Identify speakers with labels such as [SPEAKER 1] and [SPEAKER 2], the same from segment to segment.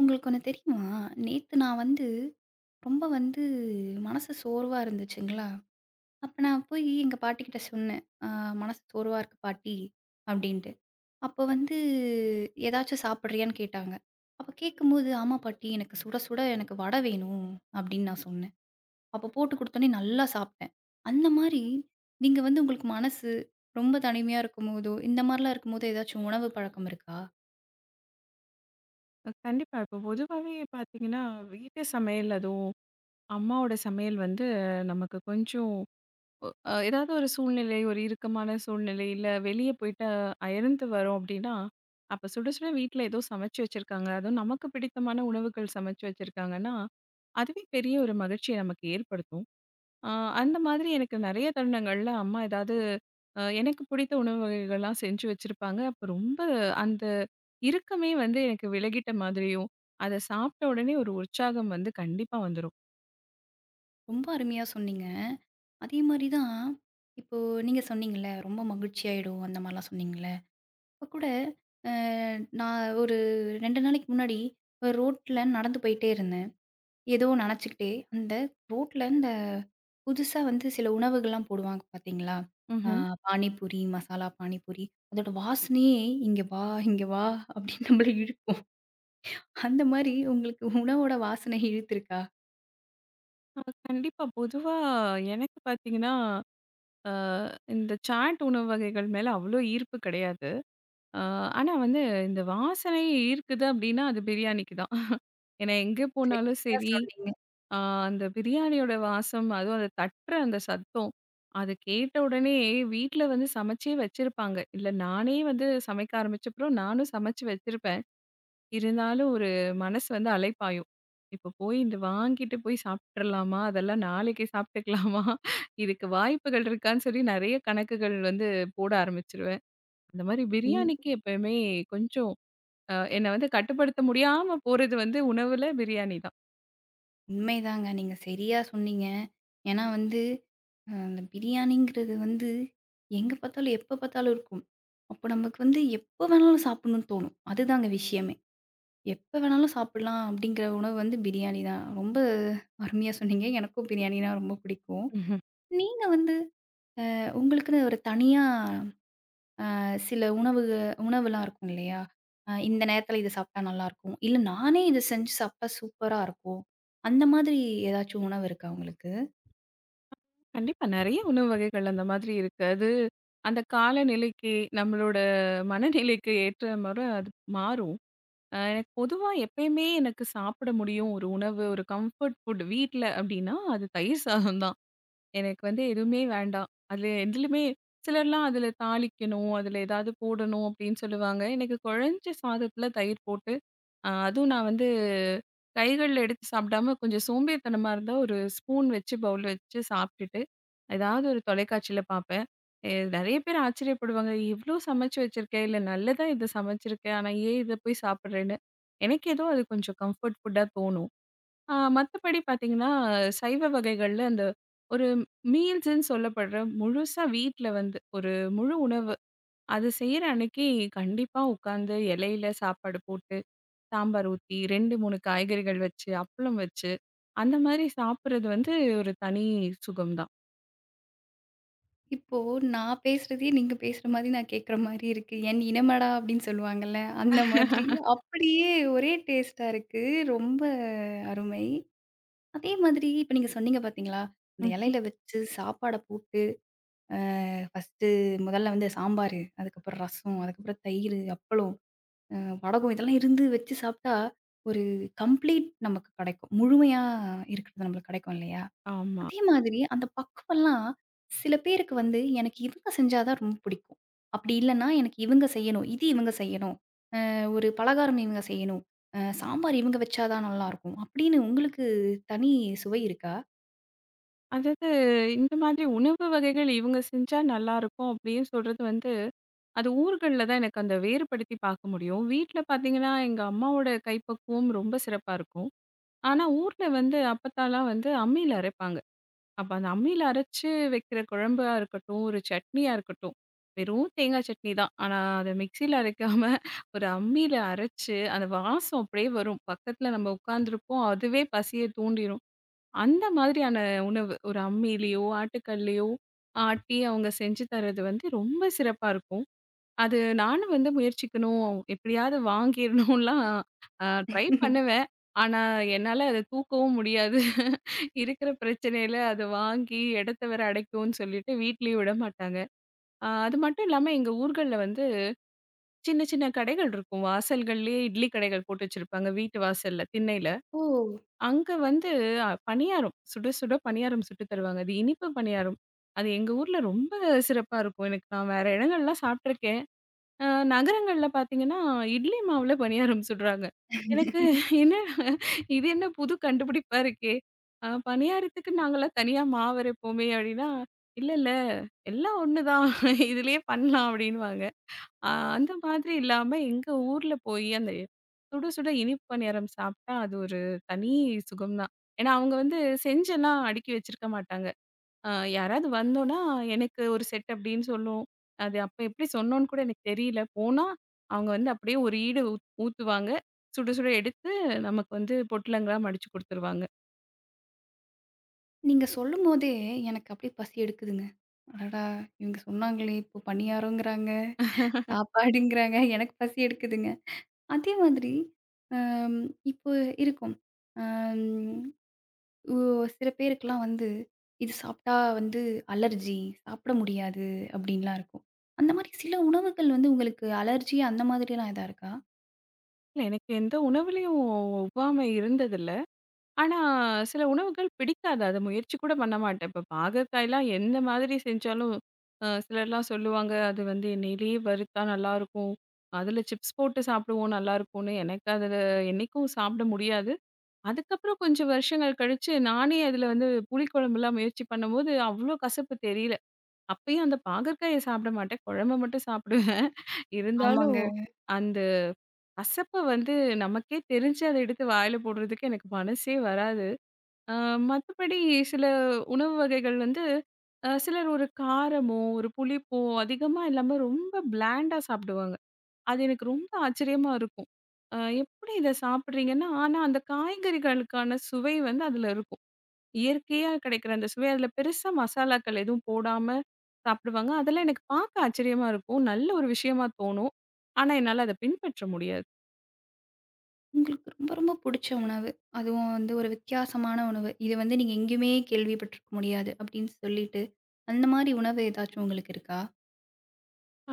[SPEAKER 1] உங்களுக்கு ஒண்ணு தெரியுமா? நேத்து நான் வந்து ரொம்ப வந்து மனசு சோர்வா இருந்துச்சுங்களா, அப்ப நான் போய் எங்க பாட்டிக்கிட்ட சொன்னேன். மனசு சோர்வா இருக்கு பாட்டி" அப்படின்ட்டு. அப்போ வந்து "ஏதாச்சும் சாப்பிடுறியான்னு" கேட்டாங்க. அப்ப கேட்கும்போது, "ஆமா பாட்டி எனக்கு சுட சுட எனக்கு வடை வேணும்" அப்படின்னு நான் சொன்னேன். அப்ப போட்டு குடுத்தோனே நல்லா சாப்பிட்டேன். அந்த மாரி நீங்க வந்து உங்களுக்கு மனசு ரொம்ப தனிமையா இருக்கும்போதோ, இந்த மாரிலாம் இருக்கும்போதோ ஏதாச்சும் உணவு பழக்கம் இருக்கா?
[SPEAKER 2] கண்டிப்பா. இப்போ பொதுவாவே பார்த்தீங்கன்னா, வீட்டு சமையல் அதுவும் அம்மாவோட சமையல் வந்து நமக்கு கொஞ்சம் ஏதாவது ஒரு சூழ்நிலை, ஒரு இறுக்கமான சூழ்நிலை, இல்ல வெளிய போயிட்டு அயர்ந்து வரோம் அப்படின்னா, அப்ப சுட சுட வீட்ல ஏதோ சமைச்சு வச்சிருக்காங்க. அதுவும் நமக்கு பிடித்தமான உணவுகள் சமைச்சு வச்சிருக்காங்கன்னா, அதுவே பெரிய ஒரு மகிழ்ச்சிய நமக்கு ஏற்படுத்தும். ஆ, அந்த மாதிரி எனக்கு நெறைய தருணங்கள்ல அம்மா ஏதாவது எனக்கு பிடித்த உணவு வகைகள்லாம் செஞ்சு வச்சிருப்பாங்க. அப்ப ரொம்ப அந்த இறுக்கமே வந்து எனக்கு விலகிட்ட மாதிரியும், அத சாப்பிட்ட உடனே ஒரு உற்சாகம் வந்து கண்டிப்பா வந்துரும்.
[SPEAKER 1] ரொம்ப அருமையா சொன்னீங்க. அதே மாரி தான், இப்போ நீங்க சொன்னீங்கல்ல, ரொம்ப மகிழ்ச்சியாயிடும் அந்த மாரிலாம் சொன்னீங்கல்ல. இப்ப கூட அ நான் ஒரு 2 நாளைக்கு முன்னாடி ஒரு ரோட்ல நடந்து போயிட்டே இருந்தேன். ஏதோ நெனச்சுக்கிட்டே, அந்த ரோட்ல இந்த புதுசா வந்து சில உணவுகள்லாம் போடுவாங்க பார்த்தீங்களா? அ
[SPEAKER 2] ம்ஹ்ம்.
[SPEAKER 1] பானிபூரி, மசாலா பானிபூரி. அதோட வாசனையே, "இங்க வா, இங்க வா" அப்படின்னு நம்மள இழுக்கும். அந்த மாரி உங்களுக்கு உணவோட வாசனை இழுத்துருக்கா?
[SPEAKER 2] அ கண்டிப்பா. பொதுவா எனக்கு பார்த்தீங்கன்னா, அ இந்த சாட் உணவு வகைகள் மேல அவ்ளோ ஈர்ப்பு கிடையாது. அ ஆனா வந்து இந்த வாசனையே ஈர்க்குது அப்டின்னா, அது பிரியாணிக்கு தான். ஏன்னா எங்க போனாலும்
[SPEAKER 1] சரியா
[SPEAKER 2] சரி
[SPEAKER 1] சொன்னீங்க.
[SPEAKER 2] ஆ அந்த பிரியாணியோட வாசம், அதுவும் அந்த தட்டுற அந்த சத்தம். அது கேட்ட உடனே வீட்ல வந்து சமைச்சே வச்சிருப்பாங்க. இல்ல நானே வந்து சமைக்க ஆரம்பிச்சப்புறம் நானும் சமைச்சு வச்சிருப்பேன். இருந்தாலும் ஒரு மனசு வந்து அலைப்பாயும். இப்போ போய் இந்த வாங்கிட்டு போய் சாப்ட்டுறலாமா? அதெல்லாம் நாளைக்கு சாப்ட்டுக்கலாமா? இதுக்கு வாய்ப்புகள் இருக்கான்னு சொல்லி நெறைய கணக்குகள் வந்து போட ஆரம்பிச்சுருவேன். அந்த மாரி
[SPEAKER 1] உண்
[SPEAKER 2] பிரியாணிக்கு எப்பயுமே கொஞ்சம் என்ன வந்து கட்டுப்படுத்த முடியாம போறது வந்து உணவுல பிரியாணி
[SPEAKER 1] உண்மைதாங்க. நீங்க சரியா சொன்னீங்க. ஏன்னா வந்து, அந்த பிரியாணிங்கிறது வந்து எங்க பார்த்தாலும், எப்ப பார்த்தாலும் இருக்கும். அப்போ நமக்கு வந்து எப்ப வேணாலும் சாப்பிடணும்னு தோணும். அதுதாங்க விஷயமே. எப்ப வேணாலும் சாப்பிடலாம் அப்படிங்கிற உணவு வந்து பிரியாணி தான். ரொம்ப அருமையா சொன்னீங்க. எனக்கும் பிரியாணினா ரொம்ப பிடிக்கும்.
[SPEAKER 2] தான்.
[SPEAKER 1] நீங்க வந்து உங்களுக்குன்னு ஒரு தனியா அ சில உணவு உணவுலாம் இருக்கும் இல்லையா? இந்த நேரத்தில இது சாப்பிட்டா நல்லாயிருக்கும். இல்ல நானே இத செஞ்சு சாப்பிட்டா சூப்பரா இருக்கும். அந்த மாதிரி ஏதாச்சும் உணவு இருக்கா உங்களுக்கு?
[SPEAKER 2] கண்டிப்பா. நெறைய உணவு வகைகள் அந்த மாதிரி இருக்கு. அது அந்த காலநிலைக்கு, நம்மளோட மனநிலைக்கு ஏற்ற மாரி அது மாறும். எனக்கு பொதுவா எப்பயுமே எனக்கு சாப்பிட முடியும் ஒரு உணவு, ஒரு கம்ஃபர்ட் ஃபுட் வீட்ல அப்டின்னா, அது தயிர் சாதம் தான். எனக்கு வந்து எதுவுமே வேண்டாம். அதுல எதுலயுமே சிலர்லாம் அதுல தாளிக்கணும், அதுல ஏதாவது போடணும் அப்டின்னு சொல்லுவாங்க. எனக்கு குழஞ்ச சாதத்துல தயிர் போட்டு அதுவும் நான் வந்து கைகள்ல எடுத்து சாப்பிடாம கொஞ்சம் சோம்பேறித்தனமா இருந்தா, ஒரு ஸ்பூன் வச்சு பவுல்ல வச்சு சாப்ட்டுட்டு, ஏதாவது ஒரு தொலைக்காட்சியில பார்ப்பேன். நெறைய பேர் ஆச்சரியப்படுவாங்க. "இவ்ளோ சமைச்சு வச்சிருக்க. இல்ல நல்லதா இத சமைச்சிருக்க. ஆனா ஏன் இத போய் சாப்பிடுறேன்னு?" எனக்கு ஏதோ அது கொஞ்சம் கம்ஃபர்ட் ஃபுட்டா தோணும். மத்தபடி பார்த்தீங்கன்னா, சைவ வகைகள்ல அந்த ஒரு மீல்ஸ்ன்னு சொல்லப்படுற முழுசா வீட்ல வந்து ஒரு முழு உணவு. அது செய்ற அன்னைக்கு கண்டிப்பா உட்காந்து இலையில சாப்பாடு போட்டு சாம்பார் ஊத்தி 2, 3 காய்கறிகள் வச்சு, அப்பளம் வச்சு, அந்த மாரி சாப்பிடுறது வந்து ஒரு தனி சுகம் தான்.
[SPEAKER 1] இப்போ நான் பேசுறதையே நீங்க பேசுற மாதிரி நான் கேட்குற மாரி இருக்கு. "என் இனமடா" அப்படின்னு சொல்லுவாங்கல்ல, அந்த மாதிரி
[SPEAKER 2] ம்.
[SPEAKER 1] அப்படியே ஒரே டேஸ்ட்டா இருக்கு. ரொம்ப அருமை. அதே மாதிரி இப்ப நீங்க சொன்னீங்க பார்த்தீங்களா, இந்த இலையில வச்சு சாப்பாட போட்டு, அ ஃபர்ஸ்ட்டு முதல்ல வந்து சாம்பாரு, அதுக்கப்புறம் ரசம், அதுக்கப்புறம் தயிர், அப்பளம், அ வடகம் இதெல்லாம் இருந்து வச்சு சாப்பிட்டா, ஒரு கம்ப்ளீட் நமக்கு கிடைக்கும். முழுமையா இருக்கிறது நம்மளுக்கு கிடைக்கும் இல்லையா?
[SPEAKER 2] ஆமா.
[SPEAKER 1] அதே மாதிரி அந்த பக்குவம்லாம் சில பேருக்கு வந்து, எனக்கு இவங்க செஞ்சா தான் ரொம்ப பிடிக்கும். அப்படி இல்லன்னா, எனக்கு இவங்க செய்யணும். இது இவங்க செய்யணும். ஒரு பலகாரம் இவங்க செய்யணும். சாம்பார் இவங்க வச்சா தான் நல்லாருக்கும். அப்படின்னு உங்களுக்கு தனி சுவை இருக்கா?
[SPEAKER 2] அதாவது இந்த மாதிரி உணவு வகைகள் இவங்க செஞ்சா நல்லாருக்கும் அப்படின்னு சொல்றது வந்து, அது ஊர்கள்ல தான் எனக்கு அந்த வேறுபடுத்தி பார்க்க முடியும். வீட்ல பார்த்தீங்கன்னா, எங்க அம்மாவோட கைப்பக்குவம் ரொம்ப சிறப்பா இருக்கும். ஆனா ஊர்ல வந்து அப்பத்தாலாம் வந்து அம்மில அரைப்பாங்க. அப்ப அந்த அம்மியில அரைச்சு வைக்கிற குழம்பா இருக்கட்டும், ஒரு சட்னியா இருக்கட்டும். வெறும் தேங்காய் சட்னி தான். ஆனா, அத மிக்ஸியில அரைக்காம ஒரு அம்மியில அரைச்சு, அந்த வாசம் அப்படியே வரும். பக்கத்துல நம்ம உட்கார்ந்துருப்போம். அதுவே பசிய தூண்டிரும். அந்த மாதிரியான உணவு. ஒரு அம்மியிலயோ, ஆட்டுக்கல்லயோ ஆட்டி அவங்க செஞ்சு தர்றது வந்து ரொம்ப சிறப்பா இருக்கும். அது நானும் வந்து முயற்சிக்கணும். எப்படியாவது வாங்கிரணும்லாம் அ ட்ரை பண்ணுவேன். ஆனா, என்னால அத தூக்கவும் முடியாது. இருக்கிற பிரச்சனையில அத வாங்கி இடத்த வேற அடைக்கும்னு சொல்லிட்டு வீட்லயும் விட மாட்டாங்க. அது மட்டும் இல்லாம எங்க ஊர்கள்ல வந்து சின்ன சின்ன கடைகள் இருக்கும். வாசல்கள்லயே இட்லி கடைகள் போட்டு வச்சிருப்பாங்க வீட்டு வாசல்ல, திண்ணையில.
[SPEAKER 1] ஓ!
[SPEAKER 2] அங்க வந்து பணியாரம், சுட சுட பணியாரம் சுட்டு தருவாங்க. அது இனிப்பு பணியாரம். அது எங்க ஊர்ல ரொம்ப சிறப்பா இருக்கும். எனக்கு நான் வேற இடங்கள்லாம் சாப்பிட்டுருக்கேன். அ நகரங்கள்ல பார்த்தீங்கன்னா, இட்லி மாவுல பணியாரம் சுடுறாங்க. எனக்கு என்ன இது என்ன புது கண்டுபிடிப்பா இருக்கே! பணியாரத்துக்கு நாங்கலாம் தனியா மாவு அரைப்போமே அப்டின்னா, இல்ல, எல்லாம் ஒண்ணு தான் இதுலயே பண்ணலாம் அப்டின்னுவாங்க. அ அந்த மாதிரி இல்லாம எங்க ஊர்ல போய் அந்த சுட சுட இனிப்பு பணியாரம் சாப்ட்டா, அது ஒரு தனி சுகம் தான். ஏன்னா அவங்க வந்து செஞ்செல்லாம் அடுக்கி வச்சிருக்க மாட்டாங்க. அ யாராவது வந்தோன்னா, எனக்கு ஒரு செட் அப்டின்னு சொல்லும். அது அப்ப எப்படி சொன்னோன்னு கூட எனக்கு தெரியல. போனா, அவங்க வந்து அப்படியே ஒரு ஈடு ஊத்துவாங்க. சுட சுட எடுத்து நமக்கு வந்து பொட்டலங்கா மடிச்சு குடுத்துருவாங்க.
[SPEAKER 1] நீங்க சொல்லும்போதே எனக்கு அப்படியே பசி எடுக்குதுங்க. அடடா! இவங்க சொன்னாங்களே, இப்போ பணியாரங்கிறாங்க, சாப்பாடுங்கிறாங்க. எனக்கு பசி எடுக்குதுங்க. அதே மாதிரி அம் இப்போ இருக்கும். அம். ஓ! சில பேருக்குலாம் வந்து, இது சாப்பிட்டா வந்து அலர்ஜி, சாப்பிட முடியாது அப்டின்லாம் இருக்கும். அந்த மாரி சில உணவுகள் வந்து உங்களுக்கு அலர்ஜி அந்த மாதிரிலாம் எதா இருக்கா?
[SPEAKER 2] இல்ல எனக்கு எந்த உணவுலயும் ஒவ்வாமை இருந்ததில்ல. ஆனா, சில உணவுகள் பிடிக்காது. அத முயற்சி கூட பண்ண மாட்டேன். இப்ப பாகற்காய்லாம் எந்த மாதிரி செஞ்சாலும் சிலர்லாம் சொல்லுவாங்க, அது வந்து எண்ணெயிலேயே வறுத்தா நல்லாருக்கும். அதுல சிப்ஸ் போட்டு சாப்பிடுவோம் நல்லாருக்கும்னு. எனக்கு அதுல என்னைக்கும் சாப்பிட முடியாது. அதுக்கப்புறம் கொஞ்சம் வருஷங்கள் கழிச்சு, நானே அதில வந்து புளிக்குழம்புலாம் முயற்சி பண்ணும்போது, அவ்ளோ கசப்பு தெரியல. அப்பயும் அந்த பாகற்காய சாப்பிட மாட்டேன். குழம்ப மட்டும் சாப்பிடுவேன். இருந்தாலும்,
[SPEAKER 1] ஆமாங்க.
[SPEAKER 2] அந்த கசப்ப வந்து நமக்கே தெரிஞ்சு அத எடுத்து வாயில போடுறதுக்கு எனக்கு மனசே வராது. அ மத்தபடி சில உணவு வகைகள் வந்து சிலர் ஒரு காரமோ, ஒரு புளிப்போ அதிகமா இல்லாம ரொம்ப பிளாண்டா சாப்பிடுவாங்க. அது எனக்கு ரொம்ப ஆச்சரியமா இருக்கும். அ எப்படி இத சாப்பிடுறீங்கன்னா, ஆனா அந்த காய்கறிகளுக்கான சுவை வந்து அதுல இருக்கும். இயற்கையா கிடைக்கிற அந்த சுவை, அதுல பெருசா மசாலாக்கள் எதுவும் போடாம சாப்பிடுவாங்க. அதெல்லாம் எனக்கு பார்க்க ஆச்சரியமா இருக்கும். நல்ல ஒரு விஷயமா தோணும். ஆனா என்னால அத பின்பற்ற முடியாது.
[SPEAKER 1] உங்களுக்கு ரொம்ப ரொம்ப புடிச்ச உணவு. அதுவும் வந்து ஒரு வித்தியாசமான உணவு. இது வந்து நீங்க எங்கேயுமே கேள்விப்பட்டிருக்க முடியாது அப்டின்னு சொல்லிட்டு, அந்த மாரி உணவு ஏதாச்சும் உங்களுக்கு இருக்கா?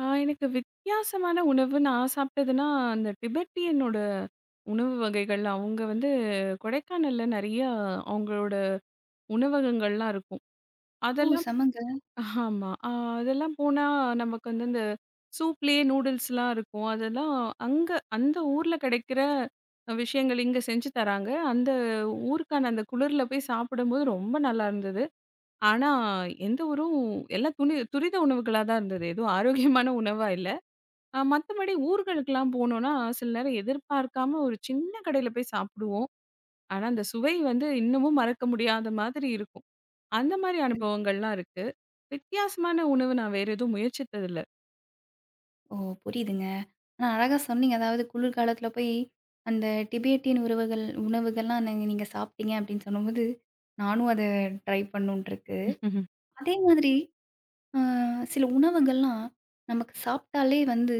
[SPEAKER 2] ஆ எனக்கு வித்தியாசமான உணவு நான் சாப்பிட்டதுன்னா, அந்த திபெத்தியனோட உணவு வகைகள். அவங்க வந்து கொடைக்கானல்ல நெறையா அவங்களோட உணவகங்கள்லாம் இருக்கும்.
[SPEAKER 1] ஓ!
[SPEAKER 2] அதெல்லாம்
[SPEAKER 1] செமங்க.
[SPEAKER 2] ஆமா. அதெல்லாம் போனா நமக்கு வந்து இந்த சூப்லயே நூடுல்ஸ்லாம் இருக்கும். அதெல்லாம் அங்க அந்த ஊர்ல கிடைக்கிற விஷயங்கள் இங்க செஞ்சு தராங்க. அந்த ஊருக்கான அந்த குளிர்ல போய் சாப்பிடும்போது ரொம்ப நல்லா இருந்தது. ஆனா எந்த ஊரும் எல்லாம் துனி துரித உணவுகளா தான் இருந்தது. எதுவும் ஆரோக்கியமான உணவா இல்ல. மத்தபடி ஊர்களுக்கெல்லாம் போனோம்னா, சில நேரம் எதிர்பார்க்காம ஒரு சின்ன கடையில போய் சாப்பிடுவோம். ஆனா அந்த சுவை வந்து இன்னமும் மறக்க முடியாத மாதிரி இருக்கும். அந்த மாரி அனுபவங்கள்லாம் இருக்கு. வித்தியாசமான உணவு நான் வேற எதுவும் முயற்சித்ததில்ல.
[SPEAKER 1] ஓ! புரியுதுங்க. ஆனா அழகா சொன்னீங்க. அதாவது குளிர்காலத்தில போய் அந்த டிபேட்டியன் உறவுகள் உணவுகள்லாம் நீங்க நீங்க சாப்பிட்டீங்க அப்படின்னு சொன்னபோது, நானும் அத ட்ரை பண்ணணுன்ட்டு இருக்கு. அதே மாதிரி அ சில உணவுகள்லாம் நமக்கு சாப்பிட்டாலே வந்து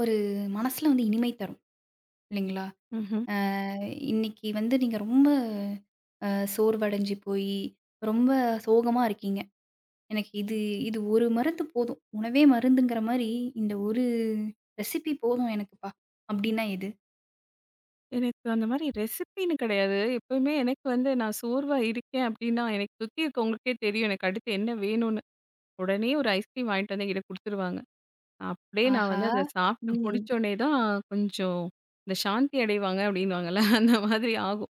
[SPEAKER 1] ஒரு மனசுல வந்து இனிமை தரும் இல்லைங்களா?
[SPEAKER 2] ம்ஹ்ம்.
[SPEAKER 1] அ இன்னைக்கு வந்து நீங்க ரொம்ப அ சோர்வடைஞ்சு போயி, ரொம்ப சோகமா இருக்கீங்க. எனக்கு இது இது ஒரு மருந்து போதும். உணவே மருந்துங்கிற மாரி, இந்த ஒரு ரெசிபி போதும் எனக்குப்பா. அப்டின்னா எது?
[SPEAKER 2] எனக்கு அந்த மாரி ரெசிபின்னு கிடையாது. எப்பயுமே எனக்கு வந்து நான் சோர்வா இருக்கேன் அப்டின்னா, எனக்கு சுத்தி இருக்கவங்களுக்கே தெரியும் எனக்கு அடுத்து என்ன வேணும்னு. உடனே ஒரு ஐஸ்கிரீம் வாங்கிட்டு வந்து என்கிட்ட குடுத்துருவாங்க. அப்படியே நான்
[SPEAKER 1] ஆஹா!
[SPEAKER 2] வந்து அத சாப்ட்டு
[SPEAKER 1] ம்.
[SPEAKER 2] முடிச்சோனே தான் கொஞ்சம் இந்த சாந்தி அடைவாங்க அப்டின்னுவாங்கல்ல அந்த மாதிரி ஆகும்.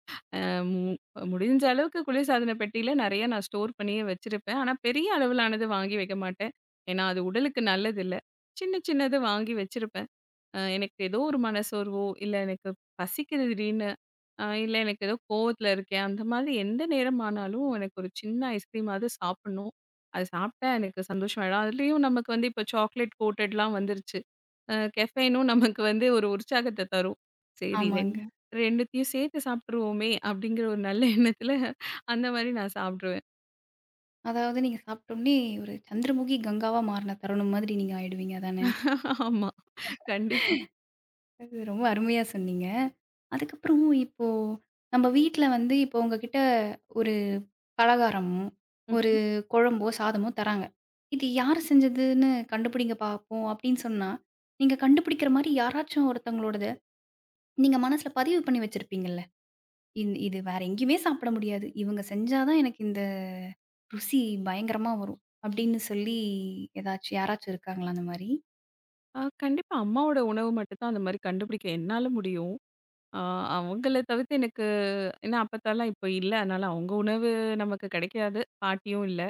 [SPEAKER 2] மு முடிஞ்ச அளவுக்கு குளிர்சாதன பெட்டியில நெறைய நான் ஸ்டோர் பண்ணியே வச்சிருப்பேன். ஆனா பெரிய அளவிலானது வாங்கி வைக்க மாட்டேன். ஏன்னா அது உடலுக்கு நல்லதில்ல. சின்ன சின்னது வாங்கி வச்சிருப்பேன். எனக்கு ஏதோ ஒரு மனசோர்வோ, இல்ல எனக்கு பசிக்குது திடீர்னு, இல்ல எனக்கு ஏதோ கோவத்துல இருக்கேன். அந்த மாதிரி எந்த நேரமானாலும் எனக்கு ஒரு சின்ன ஐஸ்கிரீமாவது சாப்பிடணும். அது சாப்பிட்டா எனக்கு சந்தோஷம் ஆயிடும். அதுலயும் நமக்கு வந்து இப்ப சாக்லேட் கோட்டட்லாம் வந்துருச்சு. கெஃபைனும் நமக்கு வந்து ஒரு உற்சாகத்த தரும். சரி
[SPEAKER 1] ஆமாங்க.
[SPEAKER 2] 2 2த்தையும் சேர்த்து சாப்பிட்டுருவோமே! அப்டிங்கிற ஒரு நல்ல எண்ணத்துல அந்த மாரி நான் சாப்ட்ருவேன்.
[SPEAKER 1] அதாவது நீங்க சாப்ட்டோனே ஒரு சந்திரமுகி கங்காவா மாறுன தருணம் மாதிரி நீங்க ஆயிடுவீங்க அதானே?
[SPEAKER 2] ஆமா. கண்டிப்பா.
[SPEAKER 1] அது ரொம்ப அருமையா சொன்னீங்க. அதுக்கப்புறம் இப்போ நம்ம வீட்ல வந்து இப்போ உங்ககிட்ட ஒரு பலகாரமோ, ஒரு
[SPEAKER 2] ம்.
[SPEAKER 1] குழம்போ, சாதமோ தராங்க. "இது யார் செஞ்சதுன்னு கண்டுபிடிங்க பாப்போம்" அப்டின்னு சொன்னா, நீங்க கண்டுபிடிக்கிற மாரி யாராச்சும் ஒருத்தவங்களோடத நீங்க மனசுல பதிவு பண்ணி வச்சிருப்பீங்கல்ல. இது வேற எங்கேயுமே சாப்பிட முடியாது. இவங்க செஞ்சா தான் எனக்கு இந்த ருசி பயங்கரமா வரும். அப்படின்னு சொல்லி ஏதாச்சும் யாராச்சும் இருக்காங்களா அந்த மாரி?
[SPEAKER 2] கண்டிப்பா அம்மாவோட உணவு மட்டும் தான் அந்த மாரி கண்டுபிடிக்க என்னால முடியும். அ அவங்கள தவிர்த்து எனக்கு ஏன்னா அப்பத்தாலாம் இப்ப இல்ல. அதனால அவங்க உணவு நமக்கு கிடைக்காது. பாட்டியும் இல்ல.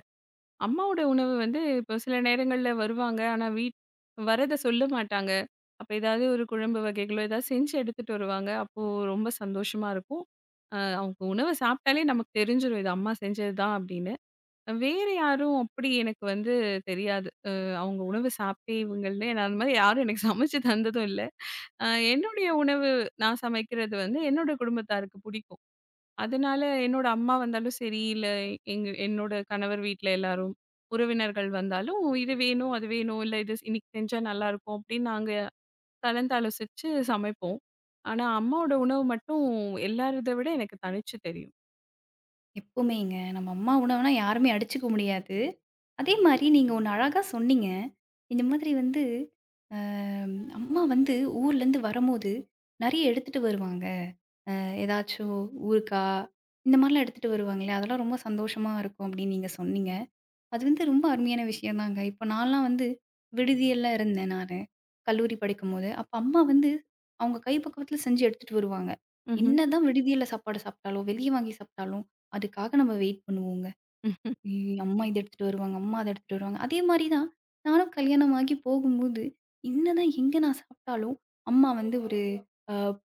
[SPEAKER 2] அம்மாவோட உணவு வந்து இப்போ சில நேரங்கள்ல வருவாங்க. ஆனா, வரத சொல்ல மாட்டாங்க. அப்ப ஏதாவது ஒரு குழம்பு வகைகளோ, ஏதாவது செஞ்சு எடுத்துட்டு வருவாங்க. அப்போ ரொம்ப சந்தோஷமா இருக்கும். அவங்க உணவ சாப்பிட்டாலே நமக்கு தெரிஞ்சிரும். இது அம்மா செஞ்சது தான் அப்படின்னு. வேற யாரும் அப்படி எனக்கு வந்து தெரியாது. அவங்க உணவு சாப்பிட்டே இவங்கள்னு நான் அந்த மாதிரி யாரும் எனக்கு சமைச்சு தந்ததும் இல்ல. அ என்னுடைய உணவு நான் சமைக்கிறது வந்து என்னோட குடும்பத்தாருக்கு பிடிக்கும். அதனால என்னோட அம்மா வந்தாலும் சரி, இல்ல எங்க என்னோட கணவர் வீட்ல எல்லாரும் உறவினர்கள் வந்தாலும், "இது வேணும், அது வேணும். இல்ல இது இன்னைக்கு செஞ்சா நல்லாயிருக்கும்." அப்படின்னு நாங்க கலந்தாலோசிச்சு சமைப்போம். ஆனா அம்மாவோட உணவு மட்டும் எல்லாரத விட எனக்கு தனிச்சு தெரியும்.
[SPEAKER 1] எப்பவுமேங்க. நம்ம அம்மா உணவுனா யாருமே அடிச்சுக்க முடியாது. அதே மாரி நீங்க ஒண்ணு அழகா சொன்னீங்க. இந்த மாதிரி வந்து அ அம்மா வந்து ஊர்லேருந்து வரும்போது நெறைய எடுத்துட்டு வருவாங்க. அ ஏதாச்சும் ஊறுகாய் இந்த மாரிலாம் எடுத்துட்டு வருவாங்களே, அதெல்லாம் ரொம்ப சந்தோஷமா இருக்கும் அப்படின்னு நீங்க சொன்னீங்க. அது வந்து ரொம்ப அருமையான விஷயந்தாங்க. இப்ப நான்லாம் வந்து விடுதியெல்ல இருந்தேன் நானு. கல்லூரி படிக்கும்போது. அப்ப அம்மா வந்து அவங்க கை பக்குவத்துல செஞ்சு எடுத்துட்டு வருவாங்க.
[SPEAKER 2] ம்ஹ்ம்.
[SPEAKER 1] என்னதான் விடுதியில சாப்பாடு சாப்பிட்டாலும், வெளிய வாங்கி சாப்பிட்டாலும், அதுக்காக நம்ம வெயிட் பண்ணுவோங்க.
[SPEAKER 2] ம்.
[SPEAKER 1] ஐயய்யோ! அம்மா இத எடுத்துட்டு வருவாங்க, அம்மா அத எடுத்துட்டு வருவாங்க. அதே மாரி தான் நானும் கல்யாணமாகி போகும்போது, என்னதான் எங்க நான் சாப்பிட்டாலும், அம்மா வந்து ஒரு அ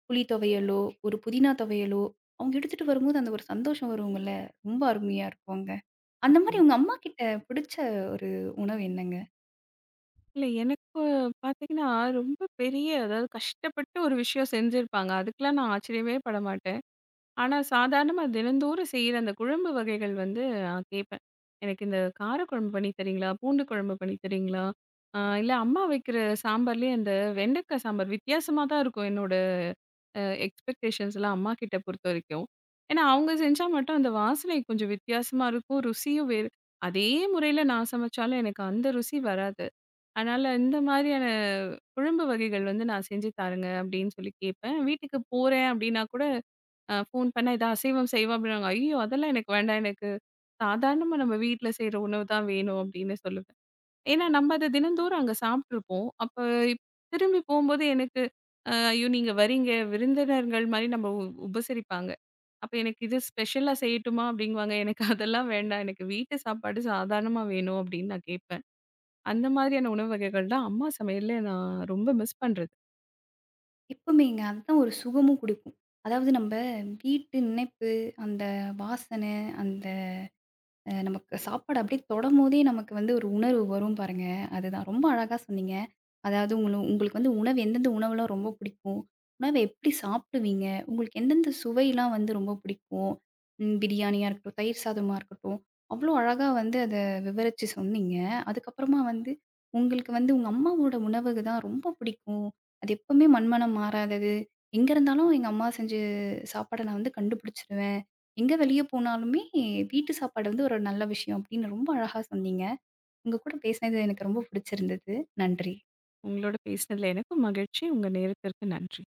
[SPEAKER 1] புளி துவையலோ, ஒரு புதினா துவையலோ அவங்க எடுத்துட்டு வரும்போது அந்த ஒரு சந்தோஷம் வருங்கல்ல, ரொம்ப அருமையா இருக்கும். அந்த மாரி உங்க அம்மாகிட்ட பிடிச்ச ஒரு உணவு என்னங்க?
[SPEAKER 2] இல்ல எனக்கு பார்த்தீங்கன்னா, ரொம்ப பெரிய அதாவது கஷ்டப்பட்டு ஒரு விஷயம் செஞ்சிருப்பாங்க. அதுக்கெல்லாம் நான் ஆச்சரியமே பட மாட்டேன். ஆனா, சாதாரணமா தினந்தோறும் செய்ற அந்த குழம்பு வகைகள் வந்து நான் கேட்பேன். எனக்கு இந்த காரக்குழம்பு பண்ணி தரீங்களா? பூண்டு குழம்பு பண்ணி தரீங்களா? இல்ல அம்மா வைக்கிற சாம்பார்லயே அந்த வெண்டைக்காய் சாம்பார் வித்தியாசமா தான் இருக்கும் என்னோட அ எக்ஸ்பெக்டேஷன்ஸ்லாம் அம்மா கிட்ட பொறுத்தவரைக்கும். ஏன்னா, அவங்க செஞ்சா மட்டும் அந்த வாசனை கொஞ்சம் வித்தியாசமா இருக்கும். ருசியும் வேறு அதே முறையில நான் சமைச்சாலும் எனக்கு அந்த ருசி வராது. அதனால இந்த மாதிரியான குழம்பு வகைகள் வந்து நான் செஞ்சு தாருங்க அப்படின்னு சொல்லி கேட்பேன். வீட்டுக்கு போறேன் அப்படின்னா கூட ஃபோன் பண்ணா, "இதான் அசைவம், செய்வா" அப்படின்னாங்க. "ஐயய்யோ! அதெல்லாம் எனக்கு வேண்டாம். எனக்கு சாதாரணமா நம்ம வீட்ல செய்ற உணவு தான் வேணும்." அப்படின்னு சொல்லுவேன். ஏன்னா நம்ம அத தினந்தோறும் அங்க சாப்ட்டுருப்போம். அப்ப இப்- திரும்பி போம்போது எனக்கு "ஐயோ! நீங்க வரீங்க, விருந்தினர்கள் மாரி நம்ம உபசரிப்பாங்க. அப்ப எனக்கு இது ஸ்பெஷலா செய்யட்டுமா?" அப்படிங்குவாங்க. எனக்கு அதெல்லாம் வேண்டாம். எனக்கு வீட்டு சாப்பாடு சாதாரணமா வேணும் அப்படின்னு நான் கேட்பேன். அந்த மாதிரியான உணவு வகைகள் தான் அம்மா சமையல்ல நான் ரொம்ப மிஸ் பண்றது.
[SPEAKER 1] எப்பவுமேங்க. அதுதான் ஒரு சுகமும் குடுக்கும். அதாவது நம்ப வீட்டு நினைப்பு, அந்த வாசனை, அந்த நமக்கு சாப்பாடு அப்படியே தொடம்போதே நமக்கு வந்து ஒரு உணர்வு வரும் பாருங்க. அதுதான் ரொம்ப அழகா சொன்னீங்க. அதாவது உங்களுக்கு வந்து உணவு எந்தெந்த உணவுலாம் ரொம்ப பிடிக்கும்? உணவ எப்படி சாப்பிடுவீங்க? உங்களுக்கு எந்தெந்த சுவைலாம் வந்து ரொம்ப பிடிக்கும்? பிரியாணியா இருக்கட்டும், தயிர் சாதமா இருக்கட்டும். அவ்வளோ அழகா வந்து அத விவரிச்சு சொன்னீங்க. அதுக்கப்புறமா வந்து உங்களுக்கு வந்து உங்க அம்மாவோட உணவுக்கு தான் ரொம்ப பிடிக்கும். அது எப்பவுமே மண்மனம் மாறாதது. எங்க இருந்தாலும் எங்க அம்மா செஞ்ச சாப்பாட நான் வந்து கண்டுபிடிச்சுருவேன். எங்க வெளிய போனாலுமே, வீட்டு சாப்பாடு வந்து ஒரு நல்ல விஷயம் அப்படின்னு ரொம்ப அழகா சொன்னீங்க. உங்க கூட பேசினது எனக்கு ரொம்ப பிடிச்சிருந்தது. நன்றி.
[SPEAKER 2] உங்களோட பேசினதுல எனக்கும் மகிழ்ச்சி. உங்க நேரத்திற்கு நன்றி.